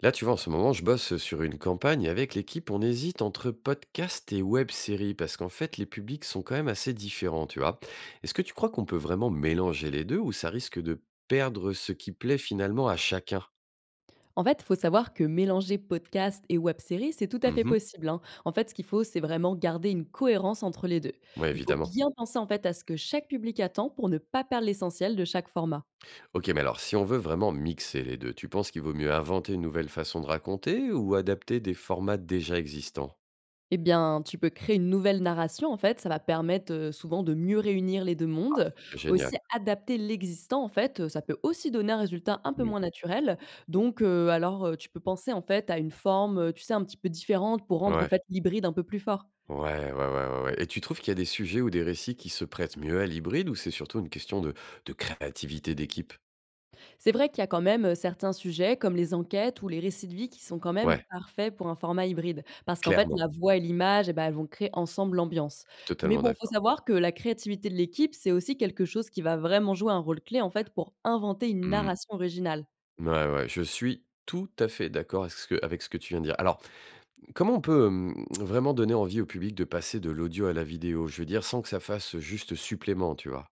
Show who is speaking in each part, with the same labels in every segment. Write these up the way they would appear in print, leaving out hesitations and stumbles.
Speaker 1: Là, tu vois, en ce moment, je bosse sur une campagne avec l'équipe, on hésite entre podcast et web série parce qu'en fait, les publics sont quand même assez différents, tu vois. Est-ce que tu crois qu'on peut vraiment mélanger les deux ou ça risque de perdre ce qui plaît finalement à chacun?
Speaker 2: En fait, il faut savoir que mélanger podcast et web-série, c'est tout à fait possible, hein. En fait, ce qu'il faut, c'est vraiment garder une cohérence entre les 2.
Speaker 1: Oui,
Speaker 2: Il faut
Speaker 1: évidemment.
Speaker 2: bien penser en fait à ce que chaque public attend pour ne pas perdre l'essentiel de chaque format.
Speaker 1: Ok, mais alors, si on veut vraiment mixer les deux, tu penses qu'il vaut mieux inventer une nouvelle façon de raconter ou adapter des formats déjà existants?
Speaker 2: Eh bien, tu peux créer une nouvelle narration en fait, ça va permettre souvent de mieux réunir les 2
Speaker 1: Ah,
Speaker 2: mondes.
Speaker 1: ce serait génial.
Speaker 2: Aussi adapter l'existant en fait, ça peut aussi donner un résultat un peu
Speaker 1: Mm.
Speaker 2: moins naturel. Tu peux penser en fait à une forme, tu sais un petit peu différente pour rendre en
Speaker 1: Ouais.
Speaker 2: fait l'hybride un peu plus fort.
Speaker 1: Ouais, ouais, ouais, ouais, ouais. Et tu trouves qu'il y a des sujets ou des récits qui se prêtent mieux à l'hybride ou c'est surtout une question de créativité d'équipe?
Speaker 2: C'est vrai qu'il y a quand même, certains sujets comme les enquêtes ou les récits de vie qui sont quand même
Speaker 1: Ouais,
Speaker 2: parfaits pour un format hybride. Parce qu'en fait, la
Speaker 1: clairement,
Speaker 2: voix et l'image et ben elles vont créer ensemble l'ambiance.
Speaker 1: je suis
Speaker 2: Mais
Speaker 1: totalement
Speaker 2: bon, faut
Speaker 1: d'accord.
Speaker 2: savoir que la créativité de l'équipe, c'est aussi quelque chose qui va vraiment jouer un rôle clé, en fait, pour inventer une
Speaker 1: Mmh.
Speaker 2: narration originale.
Speaker 1: Ouais, ouais, je suis tout à fait d'accord avec avec ce que tu viens de dire. Alors, comment on peut vraiment donner envie au public de passer de l'audio à la vidéo? Je veux dire, sans que ça fasse juste supplément, tu vois?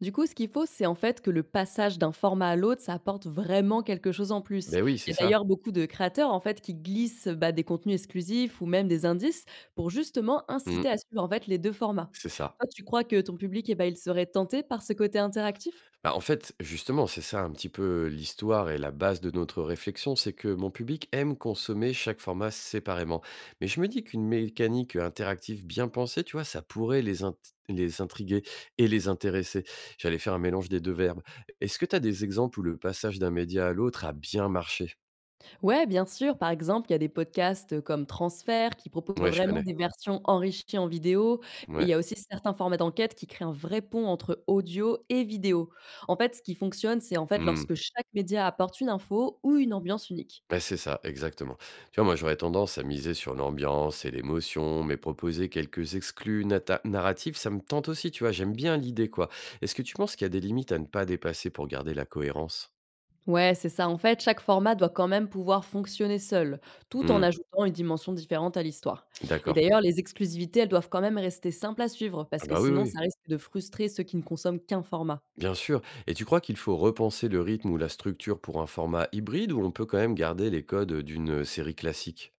Speaker 2: Du coup, ce qu'il faut, c'est en fait que le passage d'un format à l'autre, ça apporte vraiment quelque chose en plus.
Speaker 1: Ben oui,
Speaker 2: Il
Speaker 1: c'est
Speaker 2: y a
Speaker 1: ça.
Speaker 2: d'ailleurs beaucoup de créateurs en fait qui glissent, bah, des contenus exclusifs ou même des indices pour justement inciter à
Speaker 1: Mmh,
Speaker 2: suivre en fait les 2 formats.
Speaker 1: c'est ça.
Speaker 2: Toi, tu crois que ton public, eh bah, il serait tenté par ce côté interactif?
Speaker 1: Bah, en fait, justement, c'est ça un petit peu l'histoire et la base de notre réflexion, c'est que mon public aime consommer chaque format séparément. Mais je me dis qu'une mécanique interactive bien pensée, tu vois, ça pourrait les intriguer et les intéresser. J'allais faire un mélange des deux verbes. Est-ce que tu as des exemples où le passage d'un média à l'autre a bien marché?
Speaker 2: Ouais, bien sûr. Par exemple, il y a des podcasts, comme Transfert qui proposent
Speaker 1: Ouais, je
Speaker 2: vraiment
Speaker 1: connais.
Speaker 2: des versions enrichies en vidéo et il y
Speaker 1: Ouais.
Speaker 2: a aussi certains formats d'enquête qui créent un vrai pont entre audio et vidéo. En fait, ce qui fonctionne, c'est, en fait,
Speaker 1: Mmh.
Speaker 2: lorsque chaque média apporte une info ou une ambiance unique.
Speaker 1: Bah, c'est ça, exactement. Tu vois, moi, j'aurais tendance à miser sur l'ambiance et l'émotion, mais proposer quelques narratifs, ça me tente aussi, tu vois. J'aime bien l'idée, quoi. Est-ce que tu penses qu'il y a des limites à ne pas dépasser pour garder la cohérence?
Speaker 2: Ouais, c'est ça. En fait, chaque format doit quand même pouvoir fonctionner seul, tout en
Speaker 1: Hmm,
Speaker 2: ajoutant une dimension différente à l'histoire. Et
Speaker 1: d'accord.
Speaker 2: d'ailleurs, les exclusivités, elles doivent quand même rester simples à suivre parce
Speaker 1: Ah
Speaker 2: que
Speaker 1: bah oui,
Speaker 2: sinon
Speaker 1: oui,
Speaker 2: ça risque de frustrer ceux qui ne consomment qu'un format.
Speaker 1: bien sûr. Et tu crois qu'il faut repenser le rythme ou la structure pour un format hybride ou on peut quand même garder les codes d'une série classique?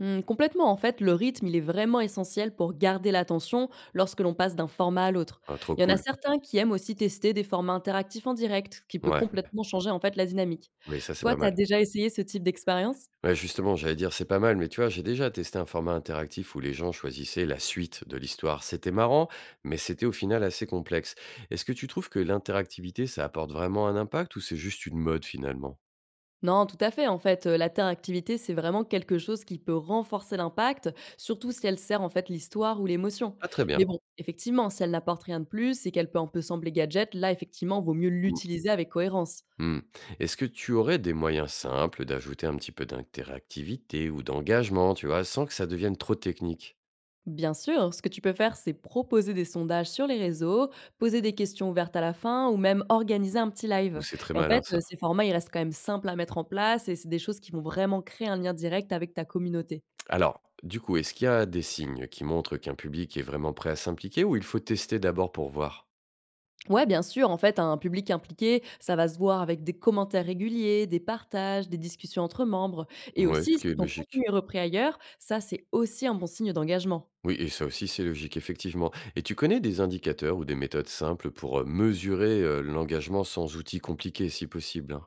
Speaker 2: Mmh, complètement, en fait, le rythme, il est vraiment essentiel pour garder l'attention lorsque l'on passe d'un format à l'autre.
Speaker 1: Ah, trop
Speaker 2: Il y en a
Speaker 1: cool.
Speaker 2: certains qui aiment aussi tester des formats interactifs en direct, ce qui peut
Speaker 1: Ouais,
Speaker 2: complètement changer en fait la dynamique.
Speaker 1: oui, ça, c'est
Speaker 2: Toi,
Speaker 1: pas
Speaker 2: tu as
Speaker 1: mal.
Speaker 2: déjà essayé ce type d'expérience?
Speaker 1: Ouais, justement, j'allais dire c'est pas mal, mais tu vois, j'ai déjà testé un format interactif où les gens choisissaient la suite de l'histoire. C'était marrant, mais c'était au final assez complexe. Est-ce que tu trouves que l'interactivité, ça apporte vraiment un impact ou c'est juste une mode finalement?
Speaker 2: Non, tout à fait. En fait, l'interactivité, c'est vraiment quelque chose qui peut renforcer l'impact, surtout si elle sert en fait l'histoire ou l'émotion.
Speaker 1: Pas très
Speaker 2: Mais
Speaker 1: bien.
Speaker 2: bon, effectivement, si elle n'apporte rien de plus et qu'elle peut un peu sembler gadget, là, effectivement, vaut mieux
Speaker 1: Mm.
Speaker 2: l'utiliser avec cohérence.
Speaker 1: Mm. Est-ce que tu aurais des moyens simples d'ajouter un petit peu d'interactivité ou d'engagement, tu vois, sans que ça devienne trop technique?
Speaker 2: Bien sûr, ce que tu peux faire, c'est proposer des sondages sur les réseaux, poser des questions ouvertes à la fin ou même organiser un petit
Speaker 1: Ou
Speaker 2: live.
Speaker 1: c'est très
Speaker 2: Et en
Speaker 1: malin
Speaker 2: fait,
Speaker 1: ça.
Speaker 2: ces formats, ils restent quand même simples à mettre en place et c'est des choses qui vont vraiment créer un lien direct avec ta communauté.
Speaker 1: Alors, du coup, est-ce qu'il y a des signes qui montrent qu'un public est vraiment prêt à s'impliquer ou il faut tester d'abord pour voir?
Speaker 2: Ouais, bien sûr, en fait, un public impliqué, ça va se voir avec des commentaires réguliers, des partages, des discussions entre membres et
Speaker 1: Ouais, ce
Speaker 2: aussi
Speaker 1: qui
Speaker 2: si
Speaker 1: est
Speaker 2: ton
Speaker 1: logique.
Speaker 2: contenu est repris ailleurs, ça, c'est aussi un bon signe d'engagement.
Speaker 1: Oui, et ça aussi c'est logique effectivement. Et tu connais des indicateurs ou des méthodes simples pour mesurer l'engagement sans outils compliqués si possible, hein?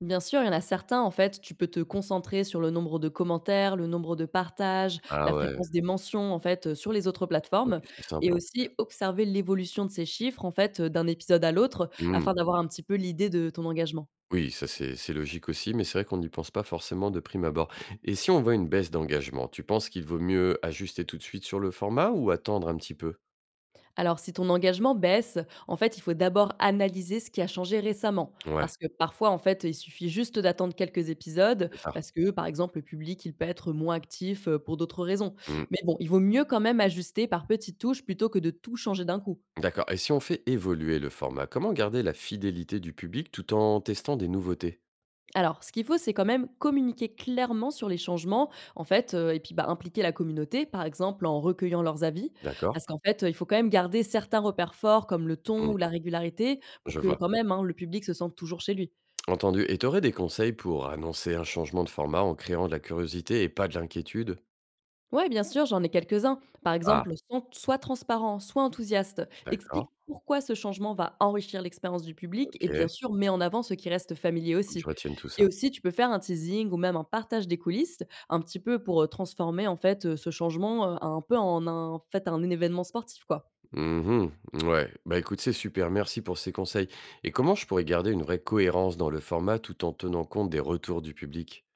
Speaker 2: Bien sûr, il y en a certains, en fait, tu peux te concentrer sur le nombre de commentaires, le nombre de partages, la
Speaker 1: Ah ouais,
Speaker 2: fréquence des mentions, en fait, sur les autres
Speaker 1: ouais,
Speaker 2: plateformes
Speaker 1: puis c'est
Speaker 2: et
Speaker 1: simple, hein.
Speaker 2: aussi observer l'évolution de ces chiffres, en fait, d'un épisode à l'autre
Speaker 1: Mmh.
Speaker 2: afin d'avoir un petit peu l'idée de ton engagement.
Speaker 1: Oui, ça c'est logique aussi, mais c'est vrai qu'on n'y pense pas forcément de prime abord. Et si on voit une baisse d'engagement, tu penses qu'il vaut mieux ajuster tout de suite sur le format ou attendre un petit peu?
Speaker 2: Alors si ton engagement baisse, en fait, il faut d'abord analyser ce qui a changé récemment
Speaker 1: Ouais,
Speaker 2: parce que parfois, en fait, il suffit juste d'attendre quelques épisodes
Speaker 1: c'est ça.
Speaker 2: parce que, par exemple, le public, il peut être moins actif, pour d'autres raisons.
Speaker 1: Mmh.
Speaker 2: Mais bon, il vaut mieux quand même ajuster par petites touches plutôt que de tout changer d'un coup.
Speaker 1: D'accord, et si on fait évoluer le format, comment garder la fidélité du public tout en testant des nouveautés?
Speaker 2: Alors, ce qu'il faut, c'est quand même communiquer clairement sur les changements, en fait, et puis, bah, impliquer la communauté, par exemple, en recueillant leurs avis.
Speaker 1: D'accord.
Speaker 2: Parce qu'en fait, il faut quand même garder certains repères forts, comme le ton
Speaker 1: Mmh.
Speaker 2: ou la régularité, pour
Speaker 1: Je
Speaker 2: que
Speaker 1: vois.
Speaker 2: quand même, hein, le public se sente toujours chez lui.
Speaker 1: Entendu. Et tu aurais des conseils pour annoncer un changement de format en créant de la curiosité et pas de l'inquiétude?
Speaker 2: Ouais, bien sûr, j'en ai quelques-uns. Par
Speaker 1: Ah,
Speaker 2: exemple, sois transparent, sois enthousiaste.
Speaker 1: d'accord,
Speaker 2: Explique pourquoi ce changement va enrichir l'expérience du public et bien
Speaker 1: ok,
Speaker 2: sûr, mets en avant ce qui reste familier
Speaker 1: faut que je
Speaker 2: aussi.
Speaker 1: retienne tout
Speaker 2: Et
Speaker 1: ça.
Speaker 2: aussi, tu peux faire un teasing ou même un partage des coulisses, un petit peu pour transformer en fait ce changement un peu en un, en fait, un événement sportif, quoi.
Speaker 1: Mmh. Ouais, bah, écoute, c'est super, merci pour ces conseils. Et comment je pourrais garder une vraie cohérence dans le format tout en tenant compte des retours du public?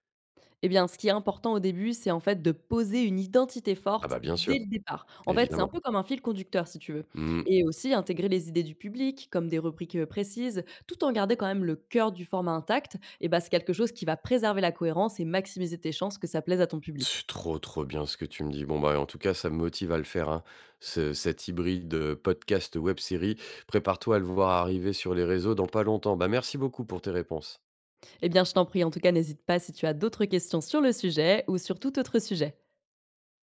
Speaker 2: Eh bien, ce qui est important au début, c'est en fait de poser une identité
Speaker 1: Ah
Speaker 2: forte
Speaker 1: bah, bien sûr,
Speaker 2: dès le départ. En fait, c'est un
Speaker 1: évidemment.
Speaker 2: peu comme un fil conducteur, si tu veux.
Speaker 1: Mmh.
Speaker 2: Et aussi intégrer les idées du public, comme des rubriques précises, tout en gardant quand même le cœur du format intact, et ben, c'est quelque chose qui va préserver la cohérence et maximiser tes chances que ça plaise à ton public.
Speaker 1: C'est trop, trop bien ce que tu me dis. Bon, bah, en tout cas, ça me motive à le faire, hein. Ce cet hybride, podcast web-série, prépare-toi à le voir arriver sur les réseaux dans pas longtemps. Bah, merci beaucoup pour tes réponses.
Speaker 2: Eh bien, je t'en prie, en tout cas, n'hésite pas si tu as d'autres questions sur le sujet ou sur tout autre sujet.